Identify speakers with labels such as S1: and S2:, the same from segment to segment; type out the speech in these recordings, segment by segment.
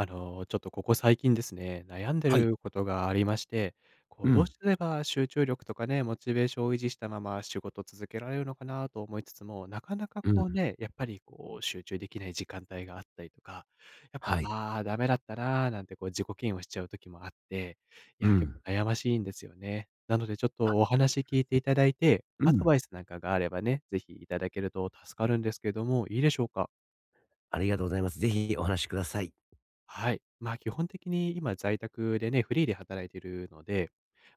S1: ちょっとここ最近ですね、悩んで
S2: はい。
S1: ることがありまして、こ
S2: う
S1: う、どう
S2: ん、
S1: すれば集中力とかね、モチベーションを維持したまま仕事を続けられるのかなと思いつつも、なかなか
S2: う
S1: こう
S2: ん、
S1: ね、やっぱりこう、集中できない時間帯があったりとか、やっぱ、
S2: はい。
S1: ああ、ダメだったなーなんてこう、自己嫌悪しちゃう時もあって、い
S2: う
S1: や、結
S2: ん、
S1: 構悩ましいんですよね。なので、ちょっとお話聞いていただいて、
S2: う
S1: アド
S2: ん。
S1: バイスなんかがあればね、ぜひいただけると助かるんですけども、いいでしょうか？
S2: ありがとうございます。ぜひお話しください。
S1: はい。まあ、基本的に今在宅でね、フリーで働いているので、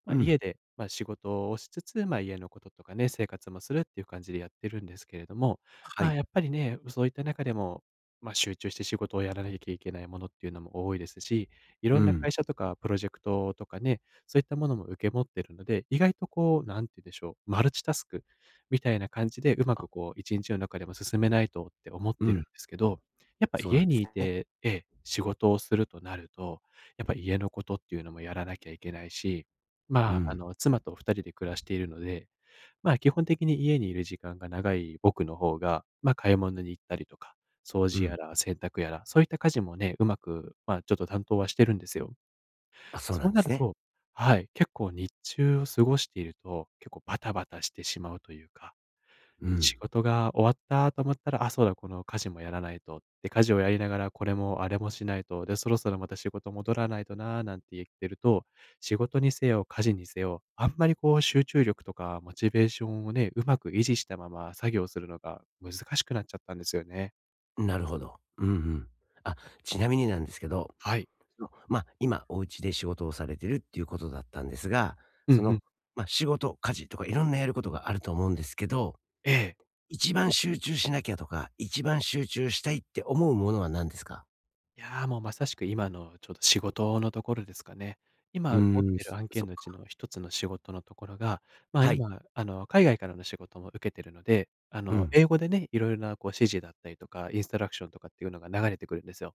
S1: ま
S2: う
S1: あ、
S2: ん、
S1: 家で、まあ、仕事をしつつ、まあ、家のこととかね、生活もするっていう感じでやってるんですけれども、
S2: は
S1: まあ、
S2: い。
S1: やっぱりね、そういった中でも、まあ、集中して仕事をやらなきゃいけないものっていうのも多いですし、いろ
S2: う
S1: んな
S2: ん、
S1: 会社とかプロジェクトとかね、そういったものも受け持ってるので、意外とこう、なんて言うんでしょう、マルチタスクみたいな感じで、うまくこう、一日の中でも進めないとって思っ
S2: う
S1: てるん
S2: ん。
S1: ですけど、やっぱ
S2: そうなん
S1: 家
S2: です
S1: にい
S2: ね。
S1: て、ええ、仕事をするとなると、やっぱ家のことっていうのもやらなきゃいけないし、
S2: う
S1: まあ、
S2: ん、
S1: 妻と二人で暮らしているので、まあ、基本的に家にいる時間が長い僕の方が、まあ、買い物に行ったりとか、掃
S2: う
S1: 除
S2: ん。
S1: やら洗濯やら、そういった家事もね、うまく、まあ、ちょっと担当はしてるんですよ。
S2: あ、そうな
S1: そう
S2: んで
S1: な
S2: す
S1: る
S2: ね。
S1: と、はい、結構日中を過ごしていると、結構バタバタしてしまうというか、
S2: うん。
S1: 仕事が終わったと思ったら、あ、そうだ、この家事もやらないと。で、家事をやりながらこれもあれもしないと。で、そろそろまた仕事戻らないとな、なんて言ってると、仕事にせよ、家事にせよ、あんまりこう集中力とかモチベーションをね、うまく維持したまま作業するのが難しくなっちゃったんですよね。
S2: なるほど。うんうん。あ、ちなみになんですけど、
S1: はい。
S2: まあ、今お家で仕事をされてるっていうことだったんですが、
S1: うんう
S2: その、
S1: ん。
S2: まあ、仕事、家事とかいろんなやることがあると思うんですけど、
S1: ええ。
S2: 一番集中しなきゃとか、一番集中したいって思うものは何ですか？
S1: いやー、もうまさしく今のちょうど仕事のところですかね。
S2: う
S1: 今持っ
S2: ーん、
S1: てる
S2: そ
S1: 案
S2: そ
S1: 件
S2: っ
S1: のうち
S2: か。
S1: の一つの仕事のところが、まあ、
S2: はい。
S1: 今、海外からの仕事も受けてるので、
S2: うん。
S1: 英語でね、いろいろなこう指示だったりとか、インストラクションとかっていうのが流れてくるんですよ。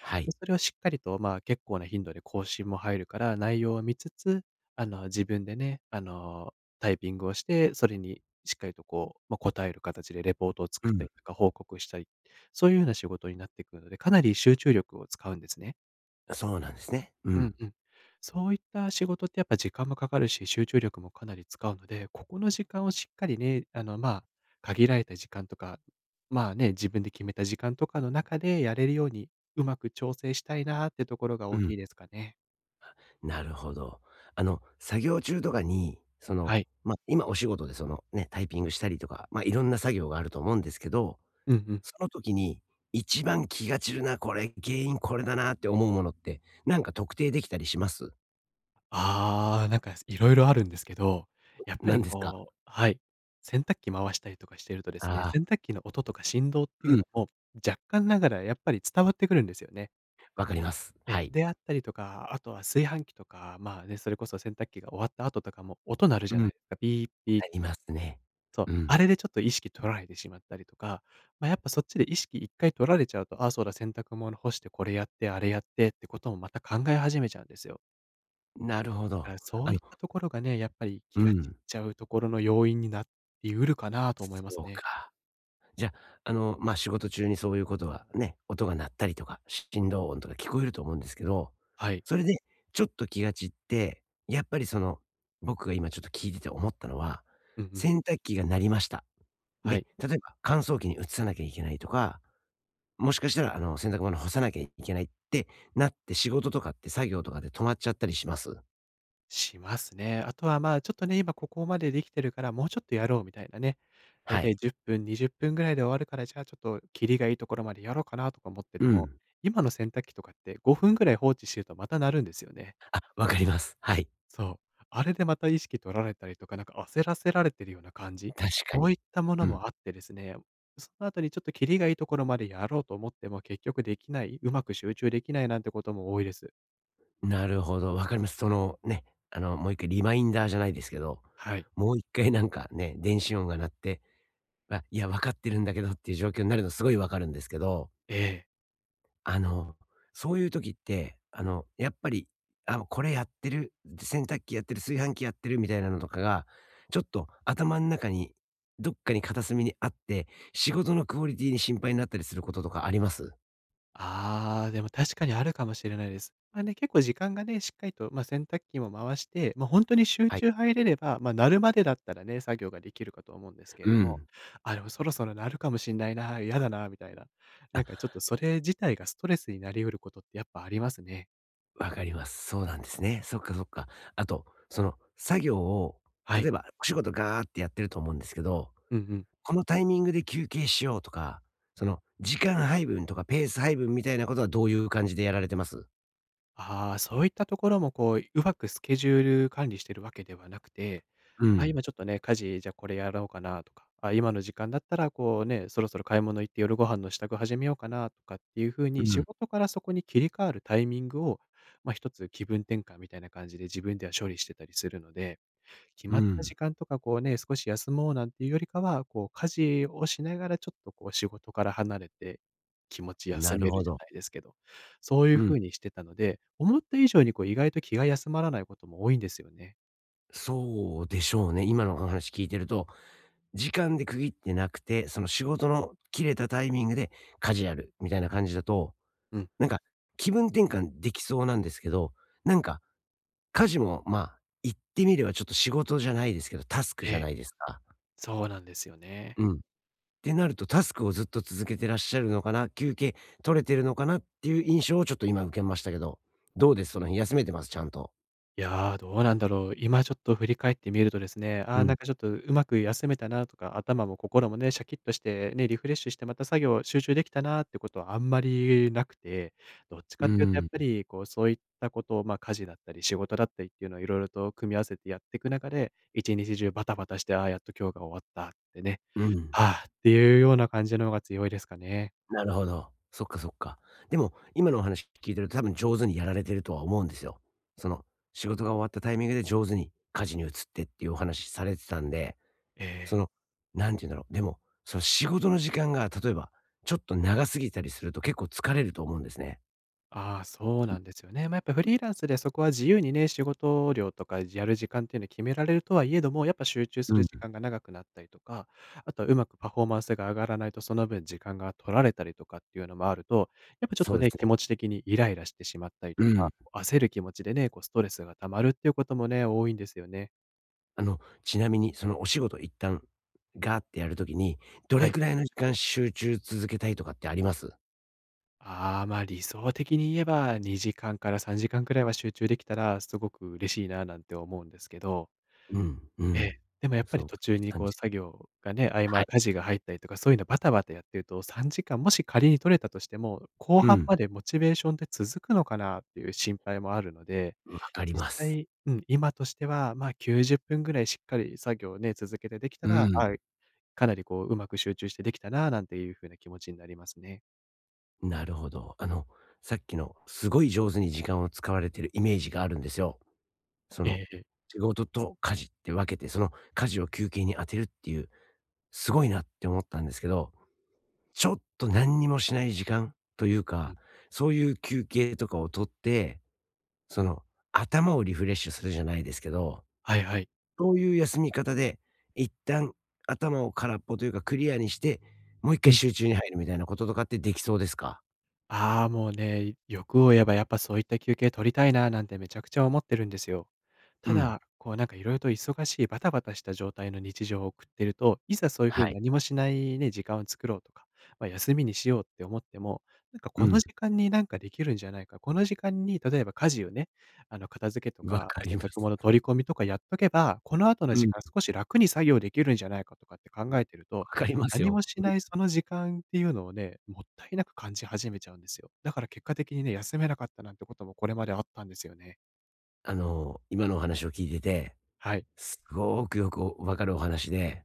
S2: は
S1: で、
S2: い。
S1: それをしっかりと、まあ、結構な頻度で更新も入るから、内容を見つつ、自分でね、タイピングをして、それにしっかりとこう、まあ、答える形でレポートを
S2: う
S1: 作った
S2: ん。
S1: りとか報告したり、そういうような仕事になってくるので、かなり集中力を使うんですね。
S2: そうなんですね。う
S1: うん
S2: ん、
S1: うん。そういった仕事ってやっぱ時間もかかるし、集中力もかなり使うので、ここの時間をしっかりね、まあ、限られた時間とか、まあね、自分で決めた時間とかの中でやれるように、うまく調整したいなってところが
S2: う
S1: 大
S2: ん。
S1: きいですかね。
S2: なるほど。作業中とかに、
S1: はい。
S2: まあ、今お仕事でそのね、タイピングしたりとか、まあ、いろんな作業があると思うんですけど、
S1: うんうん。
S2: その時に一番気が散るな、これ、原因これだなって思うものって、なんか特定できたりします？
S1: ああ、なんかいろいろあるんですけど、やっぱり
S2: 何ですか？
S1: こう、はい。洗濯機回したりとかしてるとですね、
S2: あ
S1: 洗
S2: あ
S1: 濯機の音とか振動って
S2: ー、
S1: い
S2: う
S1: う
S2: ん、
S1: のも、若干ながらやっぱり伝わってくるんですよね。
S2: わかります。は
S1: え
S2: い。
S1: であったりとか、あとは炊飯器とか、まあね、それこそ洗濯機が終わった後とかも音鳴る
S2: う
S1: じ
S2: ん、
S1: ゃ
S2: な
S1: ないですか。ピーピ
S2: り
S1: ー。
S2: ますね。
S1: そう。
S2: うん。
S1: あれでちょっと意識取られてしまったりとか、ま、やっぱそっちで意識一回取られちゃうと、ああ、そうだ、洗濯物干してこれやって、あれやってってこともまた考え始めちゃうんですよ。
S2: なるほ
S1: だか
S2: ど。
S1: らそ
S2: あ
S1: うい
S2: の
S1: ったところがね、やっぱり
S2: う
S1: 気が散っ
S2: ん、
S1: ちゃうところの要因になっているかなと思い
S2: そ
S1: ます
S2: う
S1: ね。
S2: か。じゃあ、まあ、仕事中にそういうことがね、音が鳴ったりとか、振動音とか聞こえると思うんですけど、
S1: はい。
S2: それでちょっと気が散って、やっぱりその、僕が今ちょっと聞いてて思ったのは、
S1: うんうん。
S2: 洗濯機が鳴りました。
S1: は
S2: で、
S1: い。
S2: 例えば乾燥機に移さなきゃいけないとか、もしかしたらあの、洗濯物干さなきゃいけないってなって仕事とかって作業とかで止まっちゃったりします。
S1: しますね。あとは、まあ、ちょっとね、今ここまでできてるから、もうちょっとやろうみたいなね。だい
S2: は
S1: たい
S2: い。
S1: 10分、20分ぐらいで終わるから、じゃあちょっとキリがいいところまでやろうかなとか思って
S2: う
S1: ても、
S2: ん。
S1: 今の洗濯機とかって5分ぐらい放置してるとまた鳴るんですよね。
S2: わかります。はい。
S1: そう。あれでまた意識取られたりとか、なんか焦らせられてるような感じ、
S2: 確か
S1: そうい
S2: に。
S1: ったも
S2: う
S1: の
S2: ん。
S1: もあってですね、その後にちょっとキリがいいところまでやろうと思っても結局できない、うまく集中できないなんてことも多いです。
S2: なるほど、わかります。そのね、あの、もう1回リマインダーじゃないですけど、
S1: はい。
S2: もう1回なんかね、電子音が鳴って、まあ、いや、わかってるんだけどっていう状況になるのすごいわかるんですけど、
S1: ええ。
S2: あの、そういう時って、あの、やっぱり、あ、これやってる、洗濯機やってる、炊飯器やってるみたいなのとかが、ちょっと頭の中に、どっかに片隅にあって、仕事のクオリティに心配になったりすることとかあります？
S1: ああ、でも確かにあるかもしれないです。まあね、結構時間がね、しっかりと、まあ、洗濯機も回して、ま、あ本当に集
S2: はい。
S1: 中入れれば、まあ、なるまでだったらね、作業ができるかと思うんですけれ
S2: う
S1: ども、
S2: ん。
S1: あ、でもそろそろなるかもしんないな、嫌だなみたいな。
S2: あ、
S1: なんかちょっとそれ自体がストレスになりうることってやっぱありますね。
S2: わかります。そうなんですね。そっかそっか。あと、その作業を、
S1: は
S2: 例え
S1: い。
S2: ばお仕事ガーってやってると思うんですけど、
S1: うんうん。
S2: このタイミングで休憩しようとか、その時間配分とかペース配分みたいなことはどういう感じでやられてます
S1: ああ、そういったところもこう、うまくスケジュール管理してるわけではなくて、
S2: う
S1: あ、
S2: ん。
S1: 今ちょっとね、家事、じゃあこれやろうかなとか、あ、今の時間だったらこうね、そろそろ買い物行って夜ご飯の支度始めようかなとかっていうふう
S2: う
S1: に、仕
S2: ん。
S1: 事からそこに切り替わるタイミングを、ま、一つ気分転換みたいな感じで自分では処理してたりするので、決
S2: う
S1: まった
S2: ん。
S1: 時間とか、こうね、少し休もうなんていうよりかは、こう、家事をしながらちょっとこう仕事から離れて、気持ち
S2: な
S1: 休
S2: る
S1: め
S2: ほ
S1: るじゃ
S2: ど。
S1: ないですけど、そうい
S2: う
S1: う
S2: ん。
S1: 風にしてたので、思った以上にこう意外と気が休まらないことも多いんですよね。
S2: そうでしょうね。今のお話聞いてると、時間で区切ってなくて、その仕事の切れたタイミングでカジュアルみたいな感じだと、
S1: うん。
S2: なんか気分転換できそうなんですけど、なんか家事も、まあ、言ってみればちょっと仕事じゃないですけど、タスク
S1: え
S2: じゃ
S1: え、
S2: ないですか。
S1: そうなんですよね。
S2: うん。ってなると、タスクをずっと続けてらっしゃるのかな、休憩取れてるのかなっていう印象をちょっと今受けましたけど、どうです？その辺休めてます？ちゃんと。
S1: いやー、どうなんだろう。今ちょっと振り返ってみるとですね、
S2: う
S1: あー
S2: ん。
S1: なんかちょっとうまく休めたなとか、頭も心もね、シャキッとしてね、リフレッシュしてまた作業集中できたなってことはあんまりなくて、どっち
S2: う
S1: かっ
S2: ー
S1: ていうとやっぱ
S2: ん。
S1: りこう、そういったことを、ま、あ家事だったり仕事だったりっていうのをいろいろと組み合わせてやっていく中で、一日中バタバタして、ああー、やっと今日が終わったってね、
S2: うん。
S1: はあっていうような感じの方が強いですかね。
S2: なるほど。そっかそっか。でも、今のお話聞いてると多分上手にやられてるとは思うんですよ。その、仕事が終わったタイミングで上手に家事に移ってっていうお話されてたんで
S1: え
S2: そ
S1: え。
S2: の、なんて言うんだろう、でも、その仕事の時間が例えば、ちょっと長すぎたりすると結構疲れると思うんですね。
S1: ああ、そうなんですよね。まあ、やっぱフリーランスでそこは自由にね、仕事量とかやる時間っていうのを決められるとはいえども、やっぱ集中す
S2: う
S1: る
S2: ん、
S1: 時間が長くなったりとか、あとはうまくパフォーマンスが上がらないと、その分時間が取られたりとかっていうのもあると、やっぱちょっ
S2: そ
S1: と
S2: うです
S1: ね、気持
S2: ね。
S1: ち的にイライラしてしまったり
S2: う
S1: とか、
S2: ん。
S1: 焦る気持ちでね、こうストレスが溜まるっていうこともね、多いんですよね。
S2: ちなみにそのお仕事一旦、ガーってやるときに、ど
S1: は
S2: れ
S1: い。
S2: くらいの時間集中続けたいとかってあります？
S1: ああ、ま、理想的に言えば2時間から3時間くらいは集中できたらすごく嬉しいななんて思うんですけど。
S2: うん、う
S1: ええ。
S2: ん。
S1: でもやっぱ
S2: そ
S1: り
S2: う
S1: 途
S2: か、
S1: 中
S2: 2、
S1: に
S2: 3
S1: こ
S2: 時。
S1: う作業がね、合
S2: は
S1: 間
S2: い。
S1: 家事が入ったりとか、そういうのバタバタやってると3時間、さんじかんもし仮に取れたとしても、後
S2: う
S1: 半
S2: ん、
S1: までモチベーションって続くのかなっていう心配もあるので、
S2: わかり
S1: 実
S2: ます。
S1: 際、うん、今としては、まあ、90分ぐらいしっかり作業をね、続けてできた
S2: う
S1: ら、
S2: ん、
S1: あ、かなりこう、うまく集中してできたななんていう風な気持ちになりますね。
S2: なるほど。さっきのすごい上手に時間を使われてるイメージがあるんですよ。そ
S1: え
S2: の、
S1: ええ。
S2: 仕事と家事って分けて、その家事を休憩に当てるっていう、すごいなって思ったんですけど、ちょっと何にもしない時間という
S1: う
S2: か、
S1: ん。
S2: そういう休憩とかを取って、その、頭をリフレッシュするじゃないですけど、
S1: はいはい。
S2: そういう休み方で、一旦頭を空っぽというかクリアにして、もう一
S1: う
S2: 回
S1: ん。
S2: 集中に入るみたいなこととかってできそうですか？
S1: ああ、もうね、欲を言えばやっぱそういった休憩取りたいななんてめちゃくちゃ思ってるんですよ。
S2: う
S1: た
S2: ん。
S1: だ、こうなんかいろいろと忙しいバタバタした状態の日常を送ってると、いざそういう
S2: は
S1: 風に
S2: い。
S1: 何もしないね、時間を作ろうとか、まあ、休みにしようって思っても、なんか
S2: う
S1: この
S2: ん。
S1: 時間になんかできるんじゃないか、この時間に例えば家事をね、あの片付けと
S2: わ
S1: か、
S2: か
S1: ま、
S2: り
S1: 洗
S2: ま
S1: 濯
S2: す。
S1: 物取り込みとかやっとけば、この後の
S2: うん、
S1: 時間
S2: わ
S1: 少し楽に作業できるんじゃないかとかって考えてると、
S2: かります
S1: 何も
S2: よ。
S1: し
S2: うん。
S1: ないその時間っていうのをね、もったいなく感じ始めちゃうんですよ。だから結果的にね、休めなかったなんてこともこれまであったんですよね。
S2: 今のお話を聞いてて
S1: はい。
S2: すごくよくわかるお話で、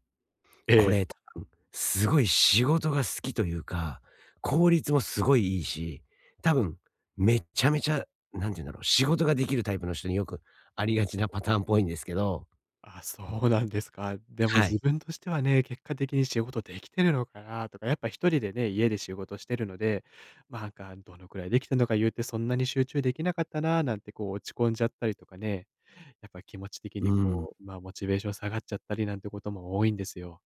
S1: え
S2: こ
S1: え。
S2: れ多分、すごい仕事が好きというか、効率もすごいいいし、多分、めちゃめちゃ、なんて言うんだろう、仕事ができるタイプの人によくありがちなパターンっぽいんですけど、
S1: あ、そうなんですか。でも
S2: は
S1: 自
S2: い。
S1: 分としてはね、結果的に仕事できてるのかなとか、やっぱ一人でね、家で仕事してるので、ま、なんかどのくらいできたのか言うてそんなに集中できなかったななんてこう落ち込んじゃったりとかね、やっぱ気持ち的
S2: う
S1: に
S2: ん。
S1: こう、ま、モチベーション下がっちゃったりなんてことも多いんですよ。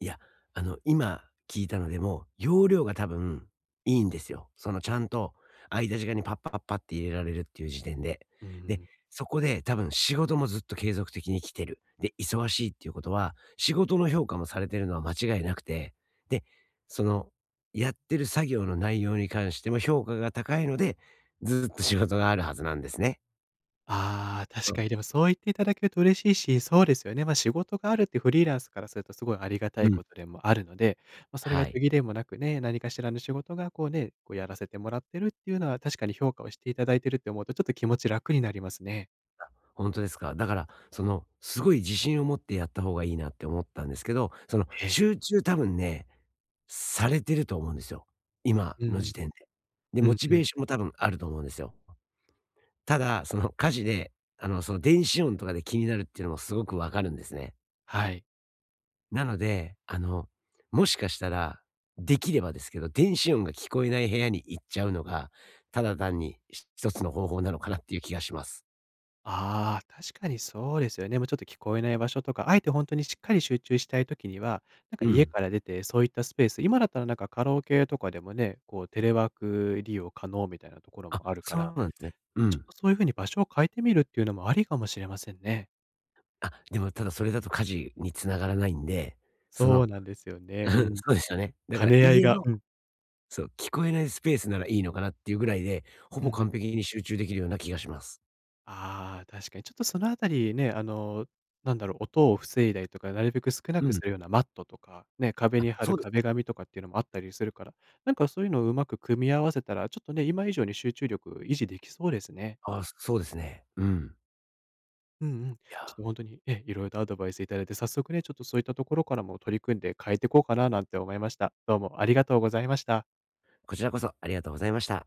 S2: いや、今聞いたのでも、容量が多分いいんですよ。そのちゃんと間時間にパッパッパって入れられるっていう時点で。
S1: う
S2: で、
S1: ん。
S2: そこで多分仕事もずっと継続的に来てる。で、忙しいっていうことは、仕事の評価もされてるのは間違いなくて、で、その、やってる作業の内容に関しても評価が高いので、ずっと仕事があるはずなんですね。
S1: ああ、
S2: そ
S1: 確か
S2: う。
S1: にでもそう言っていただけると嬉しいし、そうですよね。ま、仕事があるってフリーランスからするとすごいありがた
S2: う
S1: い
S2: ん。
S1: ことでもあるので、ま、それが
S2: は
S1: 途
S2: い。
S1: 切れもなくね、何かしらの仕事がこうね、こうやらせてもらってるっていうのは確かに評価をしていただいてるって思うとちょっと気持ち楽になりますね。
S2: 本当ですか。だから、その、すごい自信を持ってやった方がいいなって思ったんですけど、その、
S1: ええ。
S2: 集中多分ね、されてると思うんですよ。今
S1: う
S2: の
S1: ん。
S2: 時点で。で、
S1: う
S2: モ
S1: ん
S2: チ
S1: う
S2: ベ
S1: ん。
S2: ーションも多分あると思うんですよ。ただ、その、家事で、電子音とかで気になるっていうのもすごくわかるんですね。
S1: はい。
S2: なので、もしかしたら、できればですけど、電子音が聞こえない部屋に行っちゃうのが、ただ単に一つの方法なのかなっていう気がします。
S1: ああ、確かにそうですよね。もうちょっと聞こえない場所とか、あえて本当にしっかり集中したいときには、なんか
S2: う
S1: 家
S2: ん。
S1: から出てそういったスペース、今だったらなんかカラオケとかでもね、こうテレワーク利用可能みたいなところ
S2: あ、
S1: もあるか
S2: そう
S1: ら、
S2: なんですね。う
S1: ちょっ
S2: ん。
S1: とそういう風に場所を変えてみるっていうのもありかもしれませんね。
S2: あ、でもただそれだと家事に繋がらないんで、そ
S1: そう
S2: の
S1: なんですよね。
S2: う
S1: う
S2: ん、
S1: ん。
S2: そうですよね。だか
S1: 兼
S2: ら
S1: ね合い
S2: 家
S1: が
S2: の
S1: うん。
S2: そう、聞こえないスペースならいいのかなっていうぐらいで、ほ
S1: うん
S2: ぼ
S1: う
S2: 完
S1: ん。
S2: 璧に集中できるような気がします。
S1: ああ、確かにちょっとそのあたりね、あの、なんだろう、音を防いだりとか、なるべく少な
S2: う
S1: く
S2: ん。
S1: するようなマットとか、ね、壁
S2: あ、
S1: に貼
S2: そ
S1: る
S2: うです
S1: 壁
S2: ね。
S1: 紙とかっていうのもあったりするから、なんかそういうのをうまく組み合わせたら、ちょっとね、今以上に集中力維持できそうですね。
S2: あ、そうですね。うん。
S1: うんうん。ちょ
S2: い
S1: っ
S2: や、
S1: と本当に、いろいろとアドバイスいただいて、早速ね、ちょっとそういったところからも取り組んで変えていこうかななんて思いました。どうもありがとうございました。
S2: こちらこそありがとうございました。